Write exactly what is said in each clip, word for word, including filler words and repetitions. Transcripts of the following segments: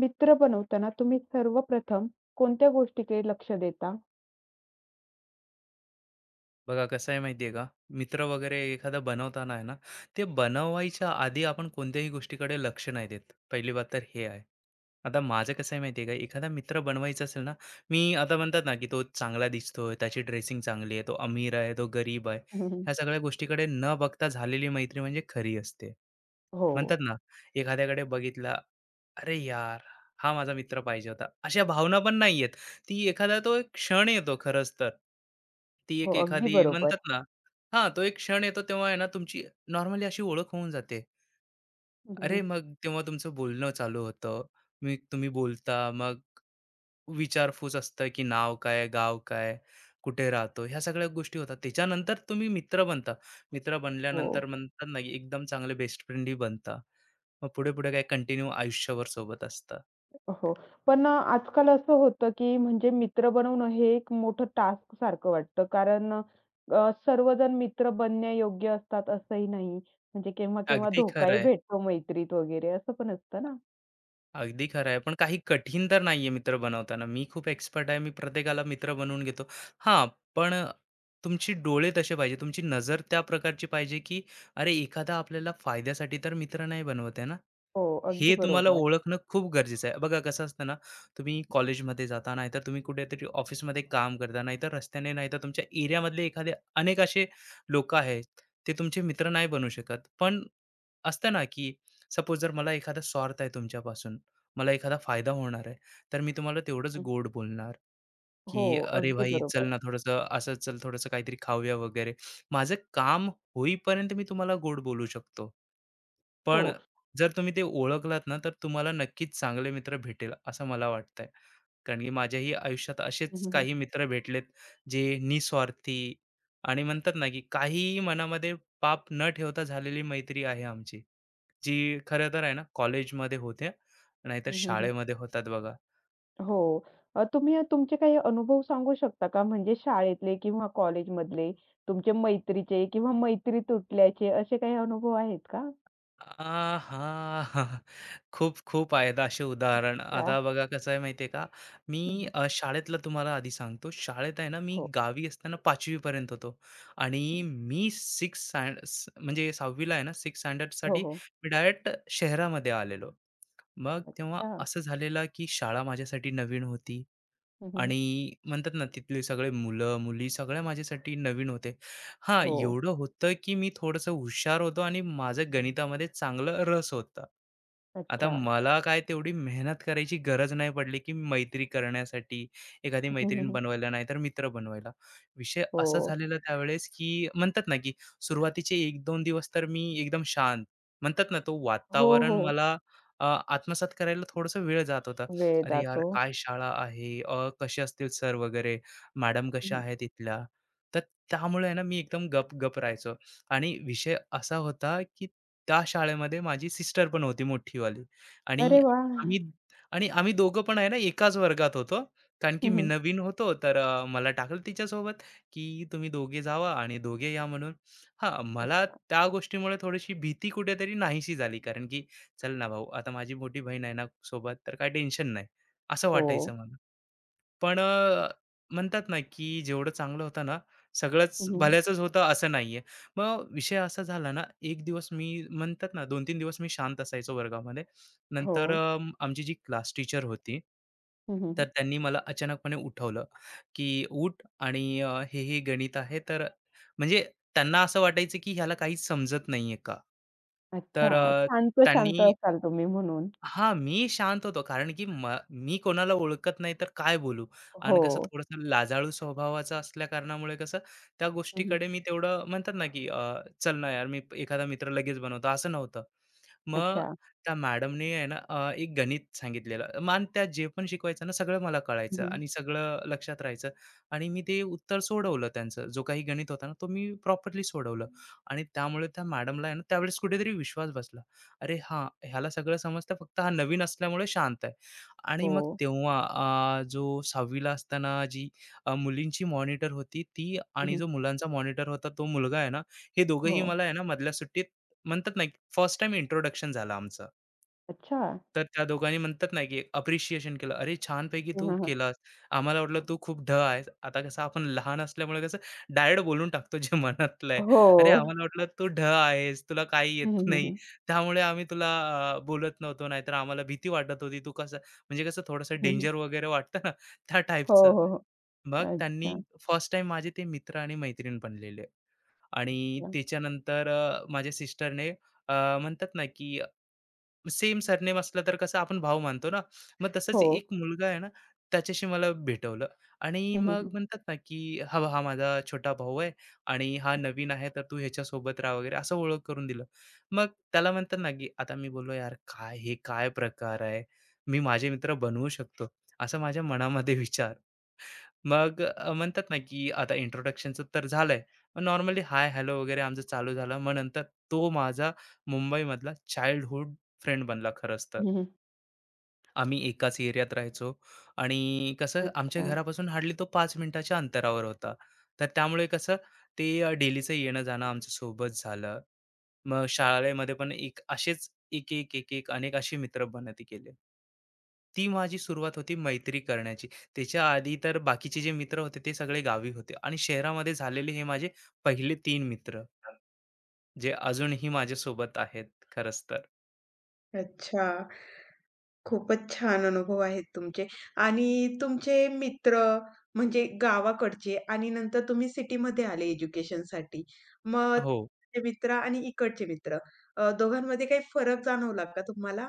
मित्र बनवताना तुम्ही सर्वप्रथम कोणत्या गोष्टीकडे लक्ष देता? बघा कसं आहे माहिती आहे का मित्र वगैरे एखादा बनवताना आहे ना ते बनवायच्या आधी आपण कोणत्याही गोष्टीकडे लक्ष नाही देत पहिली बात तर हे आहे. आता माझं कसं आहे माहिती का एखादा मित्र बनवायचा असेल ना मी आता म्हणतात ना की तो चांगला दिसतोय त्याची ड्रेसिंग चांगली आहे तो अमीर आहे तो गरीब आहे हं, ह्या सगळ्या गोष्टीकडे न बघता झालेली मैत्री म्हणजे खरी असते. हो, म्हणतात ना एखाद्याकडे बघितला अरे यार हा माझा मित्र पाहिजे होता अशा भावना पण नाही. ती एखादा तो एक क्षण येतो खरंच तर. ती हो. एक अगदी एखादी बरोबर. म्हणतात ना हां, तो एक क्षण येतो तेव्हा आहे ना तुमची नॉर्मली अशी ओळख होऊन जाते. हं, अरे, मग तेव्हा तुमचं बोलणं चालू होतं. मी तुम्ही बोलता मग विचारपूस असतं, की नाव काय, गाव काय, कुठे राहतो, ह्या सगळ्या गोष्टी होतात. त्याच्यानंतर तुम्ही मित्र बनता. मित्र हो. बनल्यानंतर म्हणतात ना, की एकदम चांगले बेस्ट फ्रेंडही बनता. मग पुढे-पुढे काय कंटिन्यू आयुष्यभर सोबत असता. हो. पण अ, आजकाल असं होतं, की म्हणजे मित्र बनवणं हे एक मोठं टास्कसारखं वाटतं. कारण अ, अ, सर्वजण मित्र बनण्यायोग्य असतात असंही नाही. म्हणजे केव्हा-केव्हा अगदी धोकाही खरं भेटतो मैत्रीत वगैरे असं पण असतं ना. अगदी खरं आहे. पण काही कठीण तर नाहीये मित्र बनवताना. मी खूप एक्सपर्ट आहे. मी प्रत्येकाला मित्र बनवून घेतो. हां, पण तुमची डोळे तसे पाहिजे. तुमची नजर त्या प्रकारची पाहिजे, की अरे एखादा आपल्याला फायद्यासाठी तर मित्र नाही बनवत आहे ना. हो, अगदी हे तुम्हाला बरोबर. ओळखणं खूप गरजेचं आहे. बघा कसं असतं ना, तुम्ही कॉलेजमध्ये जाता, नाहीतर तुम्ही कुठेतरी ऑफिसमध्ये काम करता, नाहीतर रस्त्याने, नाहीतर तुमच्या एरियामधले एखादे अनेक असे लोकं आहेत, ते तुमचे मित्र नाही बनू शकत. पण असतं ना, की सपोज जर मला एखादा स्वार्थ आहे तुमच्यापासून मला एखादा फायदा होणार आहे, तर मी तुम्हाला तेवढंच हं. गोड बोलणार, हो, की "अरे अगदी भाई, चल बरोबर. ना थोडंसं असं चल, थोडंसं काहीतरी खाऊया वगैरे." माझं काम होईपर्यंत मी तुम्हाला गोड बोलू शकतो. हो. पण जर तुम्ही ते ओळखलात ना, तर तुम्हाला नक्कीच चांगले मित्र भेटेल, असं मला वाटतंय. कारण की माझ्याही आयुष्यात हं, असेच हं, हं. काही मित्र भेटलेत, जे निस्वार्थी आणि म्हणतात ना, की काहीही मनामध्ये पाप न ठेवता झालेली मैत्री आहे आमची. जी खरं तर आहे ना कॉलेजमध्ये होत्या, नाहीतर हं, हं, शाळेमध्ये होतात बघा. हो. अ, तुम्ही तुमचे काही अनुभव सांगू शकता का? म्हणजे शाळेतले किंवा कॉलेजमधले तुमचे मैत्रीचे किंवा मैत्री तुटल्याचे असे काही अनुभव आहेत का? आ, हां. खूप खूप आहेत असे उदाहरण. अच्छा. आता बघा कसं आहे माहिती का, मी हं, हं. अ, शाळेतलं तुम्हाला आधी सांगतो. शाळेत आहे ना मी हो. गावी असताना पाचवी पर्यंत होतो आणि हं. मी सिक्स्थ स्टँड म्हणजे सहावी आहे ना सिक्स्थ हो, स्टँडर्डसाठी हो. मी डायरेक्ट शहरामध्ये आलेलो. मग तेव्हा अच्छा. असं झालेलं की शाळा माझ्यासाठी नवीन होती. हं, हं. आणि म्हणतात ना तिथले सगळे मुलं-मुली सगळ्या माझ्यासाठी नवीन होते. हां, हो. एवढं होतं की मी थोडंसं हुशार होतो आणि माझं गणितामध्ये चांगलं रस होता. आता अच्छा. मला काय तेवढी मेहनत करायची गरज नाही पडली की मैत्री करण्यासाठी, एखादी मैत्रीण बनवायला नाहीतर मित्र बनवायला. विषय असा हो. झालेला त्यावेळेस की म्हणतात ना की सुरुवातीचे एक-दोन दिवस तर मी एकदम शांत म्हणतात ना, तो हो, वातावरण हो. मला अ, आत्मसात करायला थोडासा वेळ जात होता. वेळ अरे यार, जातो. काय शाळा आहे? अ, कसे असतील सर वगैरे? मॅडम हं, कशा हं. आहेत इथल्या? तर त्यामुळे आहे ना, मी एकदम गप-गप राहायचो आणि विषय असा होता, की त्या शाळेमध्ये माझी सिस्टर पण होती मोठीवाली आणि अरे वाह! आम्ही आणि आम्ही दोघं पण आहे ना, एकाच वर्गात होतो. कारण की हं, मी हं. नवीन होतो, तर अ, मला टाकलं तिच्यासोबत, की तुम्ही दोघे जावा आणि दोघे या म्हणून. हां, मला त्या गोष्टीमुळे थोडीशी भीती कुठेतरी नाहीशी झाली. कारण की चल ना भाऊ, आता माझी मोठी बहीण आहे ना सोबत, तर काही टेन्शन नाही. असं हो. वाटायचं मला. पण अ, म्हणतात ना, की जेवढं चांगलं होतं ना, सगळंच हं, हं. भल्याचंच होतं असं नाहीये. मग विषय असा झाला ना, एक दिवस मी म्हणतात ना, दोन-तीन दिवस मी शांत असायचो वर्गामध्ये. हो. नंतर अ, आमची जी क्लास टीचर होती, हं, हं. तर त्यांनी मला अचानकपणे उठवलं, की "उठ आणि अ, हे, हे गणित आहे." तर म्हणजे त्यांना असं वाटायचं, की ह्याला काहीच समजत नाहीये का? अच्छा. तर अ, शांत, त्यांनी शांत असाल तुम्ही म्हणून. हां, मी शांत होतो. कारण की म मी कोणाला ओळखत नाही तर काय बोलू? हो. आणि कसं थोडंसं लाजाळू स्वभावाचा असल्या कारणामुळे कसं त्या हं, हं. गोष्टीकडे मी तेवढं म्हणतात ना, की अ, "चल ना यार, मी प- एखादा मित्र लगेच बनवतो." असं नव्हतं. मग अच्छा. त्या मॅडमनी आहे ना अ, एक गणित सांगितलेलं. मान त्या जे पण शिकवायचं ना सगळं मला हं, कळायचं हं. आणि सगळं लक्षात राहायचं आणि मी ते उत्तर सोडवलं त्यांचं. जो काही गणित होता ना, तो मी प्रॉपरली सोडवलं आणि त्यामुळे त्या मॅडमला आहे ना त्यावेळेस कुठेतरी विश्वास बसला. अरे हां, ह्याला सगळं समजतं फक्त हा नवीन असल्यामुळे शांत आहे. आणि हो. मग तेव्हा अ, जो सहावी असताना जी अ, मुलींची मॉनिटर होती ती हं, आणि हं. जो मुलांचा मॉनिटर होता तो मुलगा आहे ना, हे दोघंही हो. मला आहे ना मधल्या सुट्टीत म्हणतात ना, फर्स्ट टाईम इंट्रोडक्शन झालं आमचं. अच्छा. तर त्या दोघांनी म्हणतात ना, की अप्रिशिएशन केलं. "अरे, छानपैकी हां, तू हां, हां. केलास. आम्हाला वाटलं तू खूप ढ आहेस." आता कसं आपण लहान असल्यामुळे कसं डायरेक्ट बोलून टाकतो जे मनातलं आहे. हो. "अरे, आम्हाला वाटलं तू ढ आहेस, तुला काही हं, येत हं, हं, नाही. हं. त्यामुळे आम्ही तुला अ, बोलत नव्हतो. नाहीतर आम्हाला भीती वाटत होती. तू कसं" म्हणजे कसं थोडंसं हं, हं. डेंजर वगैरे वाटतं ना, त्या हो, टाईपचं. हो, हो. मग त्यांनी अच्छा, फर्स्ट टाईम माझे ते मित्र आणि मैत्रीण बनलेले आणि अच्छा. त्याच्यानंतर अ, माझ्या सिस्टरने म्हणतात ना, की सेम सरनेम असला तर कसं आपण भाऊ मानतो ना, मग तसंच हो. एक मुलगा आहे ना, त्याच्याशी मला भेटवलं आणि हं, हं, हं. मग म्हणतात ना, की "हा हा माझा छोटा भाऊ आहे आणि हा नवीन आहे, तर तू ह्याच्यासोबत राहा" वगैरे असं ओळख करून दिलं. मग त्याला म्हणतात ना, की आता मी बोललो, "यार काय हे काय प्रकार आहे? मी माझे मित्र बनवू शकतो." असा माझ्या मनामध्ये विचार. मग अ, म्हणतात ना, की आता इंट्रोडक्शनचं तर झालंय. नॉर्मली हाय, हॅलो वगैरे आमचं चालू झालं. मग नंतर तो माझा मुंबईमधला चाइल्डहूड फ्रेंड बनला खरंच तर. हं, हं. आम्ही एकाच एरियात राहायचो आणि कसं आमच्या अच्छा. घरापासून हार्डली तो पाच मिनिटाच्या अंतरावर होता. तर त्यामुळे कसं ते डेलीचं येणं-जाणं आमचं सोबत झालं. मग शाळेमध्ये पण एक असेच एक एक एक एक अनेक असे मित्र बनत गेले. ती माझी सुरुवात होती मैत्री करण्याची. त्याच्या आधी तर बाकीचे जे मित्र होते ते सगळे गावी होते आणि शहरामध्ये झालेले हे माझे पहिले तीन मित्र, जे अजूनही माझ्यासोबत आहेत खरंच तर. अच्छा. खूपच छान अनुभव आहेत तुमचे आणि तुमचे मित्र म्हणजे गावाकडचे आणि नंतर तुम्ही सिटीमध्ये आले एज्युकेशनसाठी. मग हो. ते मित्र आणि इकडचे मित्र अ, दोघांमध्ये काही फरक जाणवला का तुम्हाला?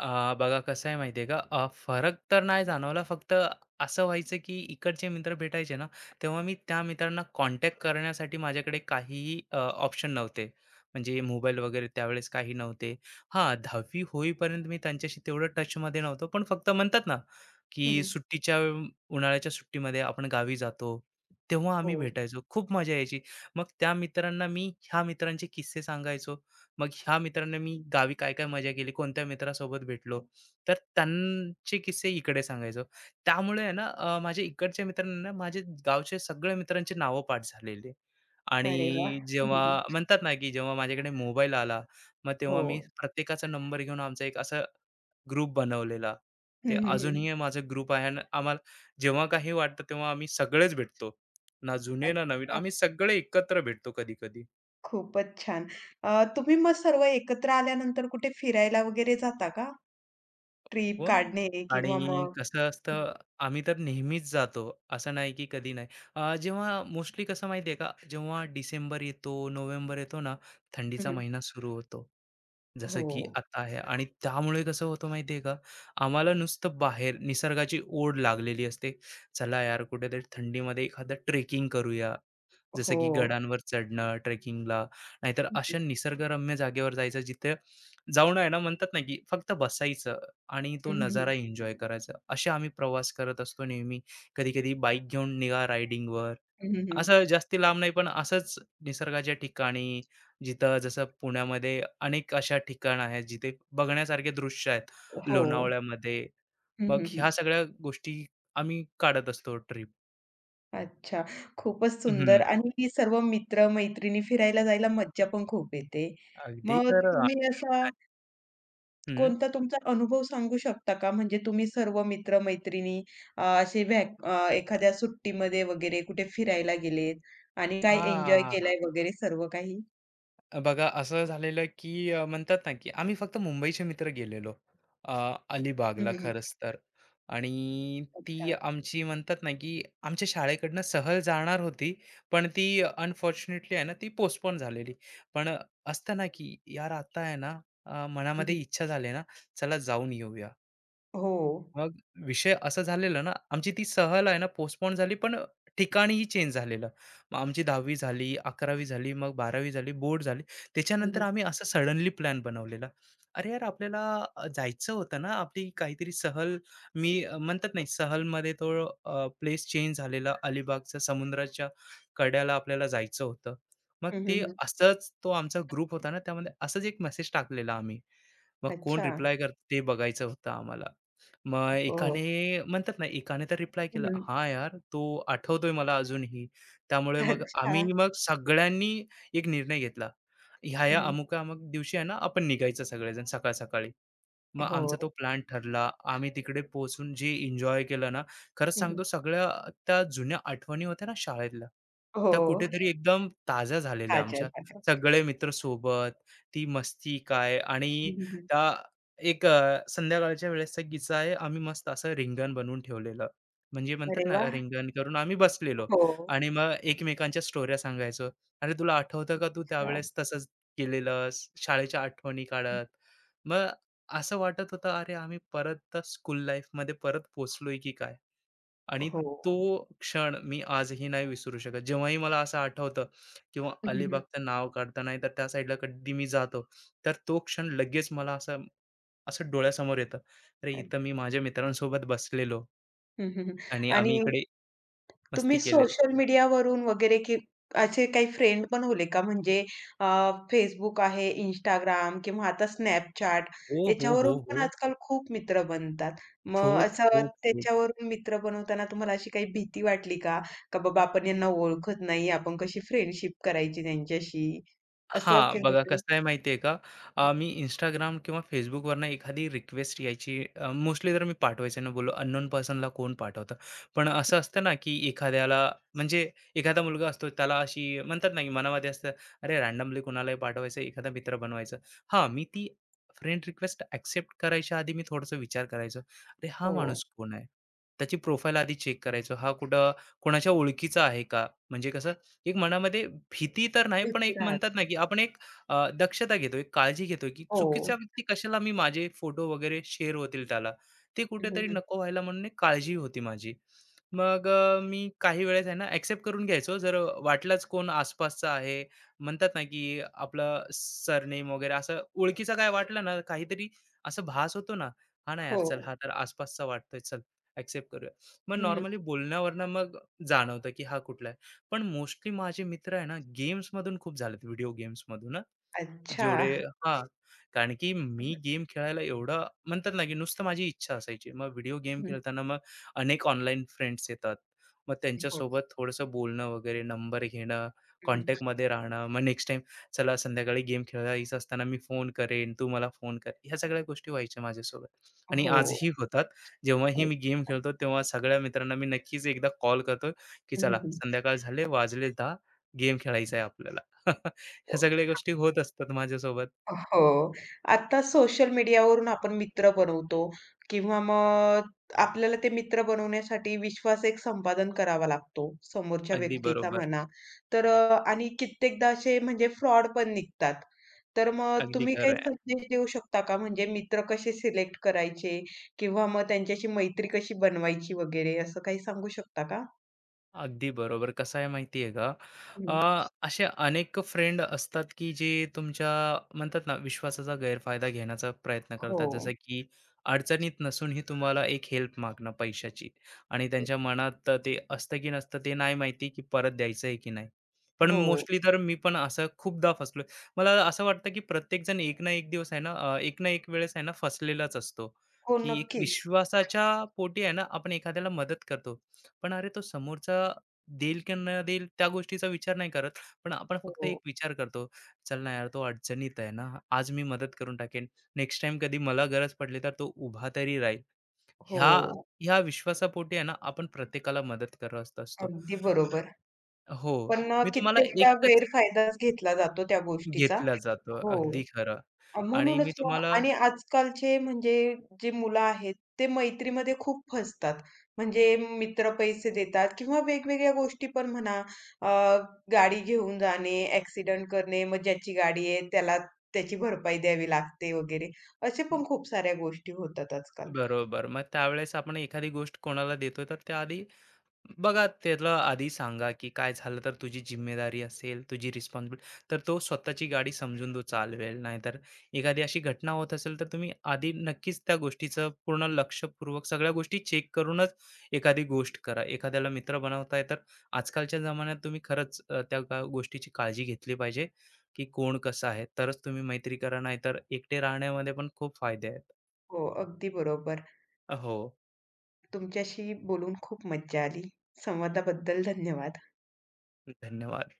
अ, बघा कसं आहे माहिती आहे का अ, फरक तर नाही जाणवला फक्त असं व्हायचं की इकडचे मित्र भेटायचे ना तेव्हा मी त्या मित्रांना कॉन्टॅक्ट करण्यासाठी माझ्याकडे काहीही ऑप्शन नव्हते म्हणजे मोबाईल वगैरे त्यावेळेस काही नव्हते. हां दहावी होईपर्यंत मी त्यांच्याशी तेवढं टचमध्ये नव्हतो पण फक्त म्हणतात ना की हं, सुट्टीच्या वेळ- उन्हाळ्याच्या सुट्टीमध्ये आपण गावी जातो तेव्हा हो. आम्ही भेटायचो खूप मजा यायची. मग त्या मित्रांना मी ह्या मित्रांचे किस्से सांगायचो मग ह्या मित्राने मी गावी काय-काय मजा केली, कोणत्या मित्रासोबत भेटलो, तर त्यांचे किस्से इकडे सांगायचो. त्यामुळे आहे ना अ, माझ्या इकडच्या मित्रांना ना माझे गावच्या सगळ्या मित्रांची नावं पाठ झालेली. अरे वाह! आणि जेव्हा हं, म्हणतात ना, की जेव्हा माझ्याकडे मोबाईल आला, मग हो. तेव्हा मी प्रत्येकाचा नंबर घेऊन आमचा एक असा ग्रुप बनवलेला. हं, ते हं, हं. अजूनही माझा ग्रुप आहे आणि आम्हाला जेव्हा काही वाटतं तेव्हा आम्ही सगळेच भेटतो. ना जुने ना नवीन, अच्छा. आम्ही सगळे एकत्र भेटतो कधी-कधी. खूपच छान. अ, तुम्ही मग सर्व एकत्र आल्यानंतर कुठे फिरायला वगैरे जाता का? ट्रिप व काढणे किंवा आणि मग कसं असतं, आम्ही तर नेहमीच जातो, असं नाही की कधी नाही. अ, जेव्हा मोस्टली कसं माहिती आहे का, जेव्हा डिसेंबर येतो, नोव्हेंबर येतो ना, हं, थंडीचा हं. महिना सुरू होतो. जसं की हो, आता आहे आणि त्यामुळे कसं होतं माहिती आहे का, आम्हाला नुसतं बाहेर निसर्गाची ओढ लागलेली असते. चला यार, कुठेतरी थंडीमध्ये एखादं ट्रेकिंग करूया. जसं हो. की गडांवर चढणं, ट्रेकिंगला, नाहीतर हं, हं. अशा निसर्गरम्य जागेवर जायचं, जिथे जाऊन आहे ना, म्हणतात ना, की फक्त बसायचं. आणि तो हं, हं, नजारा हं. एन्जॉय करायचा. असे आम्ही प्रवास करत असतो नेहमी. कधी-कधी बाईक घेऊन निघा रायडिंगवर. हं, असं जास्ती लांब नाही, पण असंच निसर्गाच्या ठिकाणी, जिथं जसं पुण्यामध्ये अनेक अशा ठिकाणं आहेत, जिथे बघण्यासारखे दृश्य आहेत. हो. लोणावळ्यामध्ये. हं, मग हं, हं. ह्या सगळ्या गोष्टी आम्ही काढत असतो ट्रिप. अच्छा. खूपच सुंदर हं. आणि सर्व मित्र-मैत्रिणी फिरायला जायला मज्जा पण खूप येते. अगदी मग खरं. तुम्ही असा हं. कोणता तुमचा अनुभव सांगू शकता का? म्हणजे तुम्ही सर्व मित्र-मैत्रिणी अ, असे व्हॅक अ, एखाद्या सुट्टीमध्ये वगैरे कुठे फिरायला गेलेत आणि काय एन्जॉय हां. केलाय वगैरे सर्व काही? अ, बघा असं झालेलं की अ, म्हणतात ना की आम्ही फक्त मुंबईचे मित्र गेलेलो अ, हं, अलिबागला हं, हं. खरंच तर. आणि ती अच्छा. आमची म्हणतात ना की आमच्या शाळेकडनं सहल जाणार होती पण ती अनफॉर्च्युनेटली आहे ना ती पोस्टपोन झालेली पण असतं ना की यार आता आहे ना अ, हं, मनामध्ये हं. इच्छा झाली ना चला जाऊन येऊया. हो. मग विषय असं झालेला ना, आमची ती सहल आहे ना पोस्टपोन झाली, पण अ, चेंज झालेलं. मग आमची दहावी झाली, अकरावी झाली, मग बारावी झाली, बोर्ड झाली. हं, त्याच्यानंतर हं. आम्ही असा सडनली प्लॅन बनवलेला. अरे यार, आपल्याला अ, जायचं होतं ना, आपली काहीतरी सहल मी अ, म्हणतात नाही, सहलमध्ये तो प्लेस चेंज झालेला. अलिबागच्या समुद्राच्या कड्याला आपल्याला जायचं होतं. मग ते हं, असंच तो आमचा ग्रुप होता ना, त्यामध्ये असंच एक मेसेज टाकलेला आम्ही. मग कोण अच्छा. रिप्लाय करतं ते बघायचं होतं आम्हाला. मग हो, हो. एकाने म्हणतात ना एकाने तर रिप्लाय केला, "हां यार, तो आठवतोय मला अजूनही." त्यामुळे मग अच्छा. आम्ही मग सगळ्यांनी एक निर्णय घेतला. ह्या-ह्या हं, अमुक-अमुक दिवशी आहे ना आपण निघायचं सगळेजण सकाळ-सकाळी. मग हो. आमचा तो प्लॅन ठरला. आम्ही तिकडे पोहोचून जे एन्जॉय केलं ना, खरंच हं, सांगतो सगळ्या त्या जुन्या आठवणी होत्या ना शाळेतल्या, हो. त्या कुठेतरी एकदम ताज्या झालेल्या अच्छा, आमच्या. अच्छा, अच्छा. सगळे मित्र सोबत, ती मस्ती काय आणि हं, त्या एक अ, संध्याकाळच्या वेळेसचा किस्सा आहे. आम्ही मस्त असं रिंगण बनवून ठेवलेलं. म्हणजे म्हणतात अरे ना वाह! रिंगण करून आम्ही बसलेलो हो. आणि मग एकमेकांच्या स्टोऱ्या सांगायचो. "अरे तुला आठवतं का तू अच्छा. त्यावेळेस तसंच केलेलंस?" शाळेच्या आठवणी काढत. मग असं वाटत होतं, अरे, आम्ही परत स्कूल लाईफमध्ये परत पोहोचलोय की काय? आणि हो. तो क्षण मी आजही नाही विसरू शकत. जेव्हाही मला असं आठवतं किंवा हं, हं, हं. अलिबागचं नाव काढतं, तर त्या साईडला कधी मी जातो, तर तो क्षण लगेच मला असं असं डोळ्यासमोर येतं. अरे, इथं मी माझ्या मित्रांसोबत बसलेलो हं, आणि आणि आम्ही इकडे मस्ती तुम्ही केलेलं. सोशल मीडियावरून वगैरे की असे काही फ्रेंड पण होले का? म्हणजे अ, Facebook आहे, Instagram किंवा आता Snapchat हो, हो, हो, याच्यावरून पण हो. आजकाल खूप मित्र बनतात. मग खूप, असं खूप, खूप. त्याच्यावरून मित्र बनवताना तुम्हाला अशी काही भीती वाटली का? का बाबा आपण यांना ओळखत नाही, आपण कशी फ्रेंडशिप करायची त्यांच्याशी? असं हां, केलं बघा कधी? कसं आहे माहिती आहे का? अ, मी Instagram किंवा Facebookवरनं एखादी रिक्वेस्ट यायची अ, मोस्टली तर मी पाठवायचं ना बोललो अननोन पर्सनला कोण पाठवतं. पण असं असतं ना, की एखाद्याला म्हणजे एखादा मुलगा असतो त्याला अशी म्हणतात ना, की मनामध्ये असतं, अरे रँडमली कुणालाही पाठवायचं, एखादा मित्र बनवायचं. हां, मी ती फ्रेंड रिक्वेस्ट ॲक्सेप्ट करायच्या आधी मी थोडासा विचार करायचो. अरे हा हो. माणूस कोण आहे? त्याची प्रोफाईल आधी चेक करायचो. हा कुठं कोणाच्या ओळखीचा आहे का? म्हणजे कसं एक मनामध्ये भीती तर नाही, पण भीती एक राहते. म्हणतात ना, की आपण एक अ, दक्षता घेतो, एक काळजी घेतो, की हो. चुकीचा ओके. व्यक्ती कशाला मी माझे फोटो वगैरे शेअर होतील त्याला. ते हं, हं, कुठेतरी हं. नको व्हायला म्हणून एक काळजी होती माझी. मग अ, मी काही वेळेस आहे ना, एक्सेप्ट करून घ्यायचो. जर वाटलंच कोण आसपासचा आहे, म्हणतात ना, की आपलं सरनेम वगैरे असं ओळखीचा काय वाटलं ना, काहीतरी असं भास होतो ना, "हां ना यार, हो. चल हा तर आसपासचा वाटतोय, चल एक्सेप्ट करूया." मग हं, नॉर्मली हं. बोलण्यावरनं मग जाणवतं, की हा कुठला पण मोस्टली माझे मित्र आहे ना, गेम्समधून खूप झालेत, व्हिडिओ गेम्समधून. अच्छा. जेवढे हां, कारण की हं, मी गेम खेळायला एवढं म्हणतात ना, की नुसतं माझी इच्छा असायची. मग व्हिडिओ गेम हं, हं. खेळताना मग अनेक ऑनलाईन फ्रेंड्स येतात. मग हो. त्यांच्यासोबत थोडंसं बोलणं वगैरे, नंबर घेणं, हं, हं. कॉन्टॅक्टमध्ये राहणं. मग नेक्स्ट टाईम चला संध्याकाळी गेम खेळायचं असताना मी फोन करेन, तू मला फोन कर. ह्या सगळ्या गोष्टी व्हायच्या माझ्यासोबत आणि हो. आजही होतात. जेव्हाही हो. मी गेम खेळतो, तेव्हा सगळ्या मित्रांना मी नक्कीच एकदा कॉल करतो, की हं, हं, चला हं. संध्याकाळ झाले, वाजले दहा, गेम खेळायचा आहे आपल्याला. हो. ह्या सगळ्या गोष्टी होत असतात माझ्यासोबत. हो. आता सोशल मीडियावरून आपण मित्र बनवतो किंवा मग आपल्याला ते मित्र बनवण्यासाठी विश्वास एक संपादन करावा लागतो, समोरच्या अगदी व्यक्तीचा बरोबर. म्हणा. तर अ, आणि कित्येकदा असे म्हणजे फ्रॉड पण निघतात. तर मग अगदी तुम्ही खरं काही आहे. संदेश देऊ शकता का? म्हणजे मित्र कसे सिलेक्ट करायचे किंवा मग त्यांच्याशी मैत्री कशी बनवायची वगैरे असं काही सांगू शकता का? अगदी बरोबर. कसं आहे माहिती आहे का? हं. अ, असे अनेक फ्रेंड असतात, की जे तुमच्या म्हणतात ना, विश्वासाचा गैरफायदा घेण्याचा प्रयत्न हो. करतात. जसं की अडचणीत नसूनही तुम्हाला एक हेल्प मागणं पैशाची आणि त्यांच्या मनात ते असतं की नसतं ते नाही माहिती, की परत द्यायचं आहे की नाही. पण हो. मोस्टली तर मी पण असं खूपदा फसलोय. मला असं वाटतं, की प्रत्येकजण एक ना एक दिवस आहे ना, अ, एक ना एक वेळेस आहे ना, फसलेलाच असतो, हो, की एक नक्कीच. विश्वासाच्या पोटी आहे ना, आपण एखाद्याला मदत करतो. पण अरे तो समोरचा देईल की न देईल त्या गोष्टीचा विचार नाही करत पण आपण फक्त हो. एक विचार करतो चल ना यार तो अडचणीत आहे ना आज मी मदत करून टाकेन नेक्स्ट टाइम कधी मला गरज पडली तर तो उभा तरी राहील हो. ह्या ह्या विश्वासापोटी आहे ना आपण प्रत्येकाला मदत करत असतो. अगदी बरोबर. हो. पण अ, मी तुम्हाला कित्येकदा एकच गैरफायदाच घेतला जातो त्या गोष्टीचा. घेतला जातो हो. अगदी खरं अ, आणि मी म्हणूनच मग तुम्हाला आणि आजकालचे म्हणजे जी मुलं आहेत, ते मैत्रीमध्ये खूप फसतात. म्हणजे मित्र पैसे देतात किंवा वेगवेगळ्या गोष्टी पण म्हणा, अ, गाडी घेऊन जाणे, ॲक्सिडेंट करणे, मग ज्याची गाडी आहे त्याला त्याची भरपाई द्यावी लागते वगैरे. असे पण खूप साऱ्या गोष्टी होतात आजकाल. बरोबर मग त्यावेळेस आपण एखादी गोष्ट कोणाला देतो तर त्याआधी बघा त्याला आधी सांगा, की काय झालं तर तुझी जिम्मेदारी असेल, तुझी रिस्पॉन्सिबिलिटी तर तो स्वतःची गाडी समजून तो चालवेल. नाहीतर एखादी अशी घटना होत असेल, तर तुम्ही आधी नक्कीच त्या गोष्टीचं पूर्ण लक्षपूर्वक सगळ्या गोष्टी चेक करूनच एखादी गोष्ट करा. एखाद्याला मित्र बनवताय, तर आजकालच्या जमान्यात तुम्ही खरंच अ, त्या गा गोष्टीची काळजी घेतली पाहिजे, की कोण कसं आहे. तरच तुम्ही मैत्री करा, नाहीतर एकटे राहण्यामध्ये पण खूप फायदे आहेत. हो, अगदी बरोबर. हो, तुमच्याशी बोलून खूप मज्जा आली. संवादाबद्दल धन्यवाद. धन्यवाद.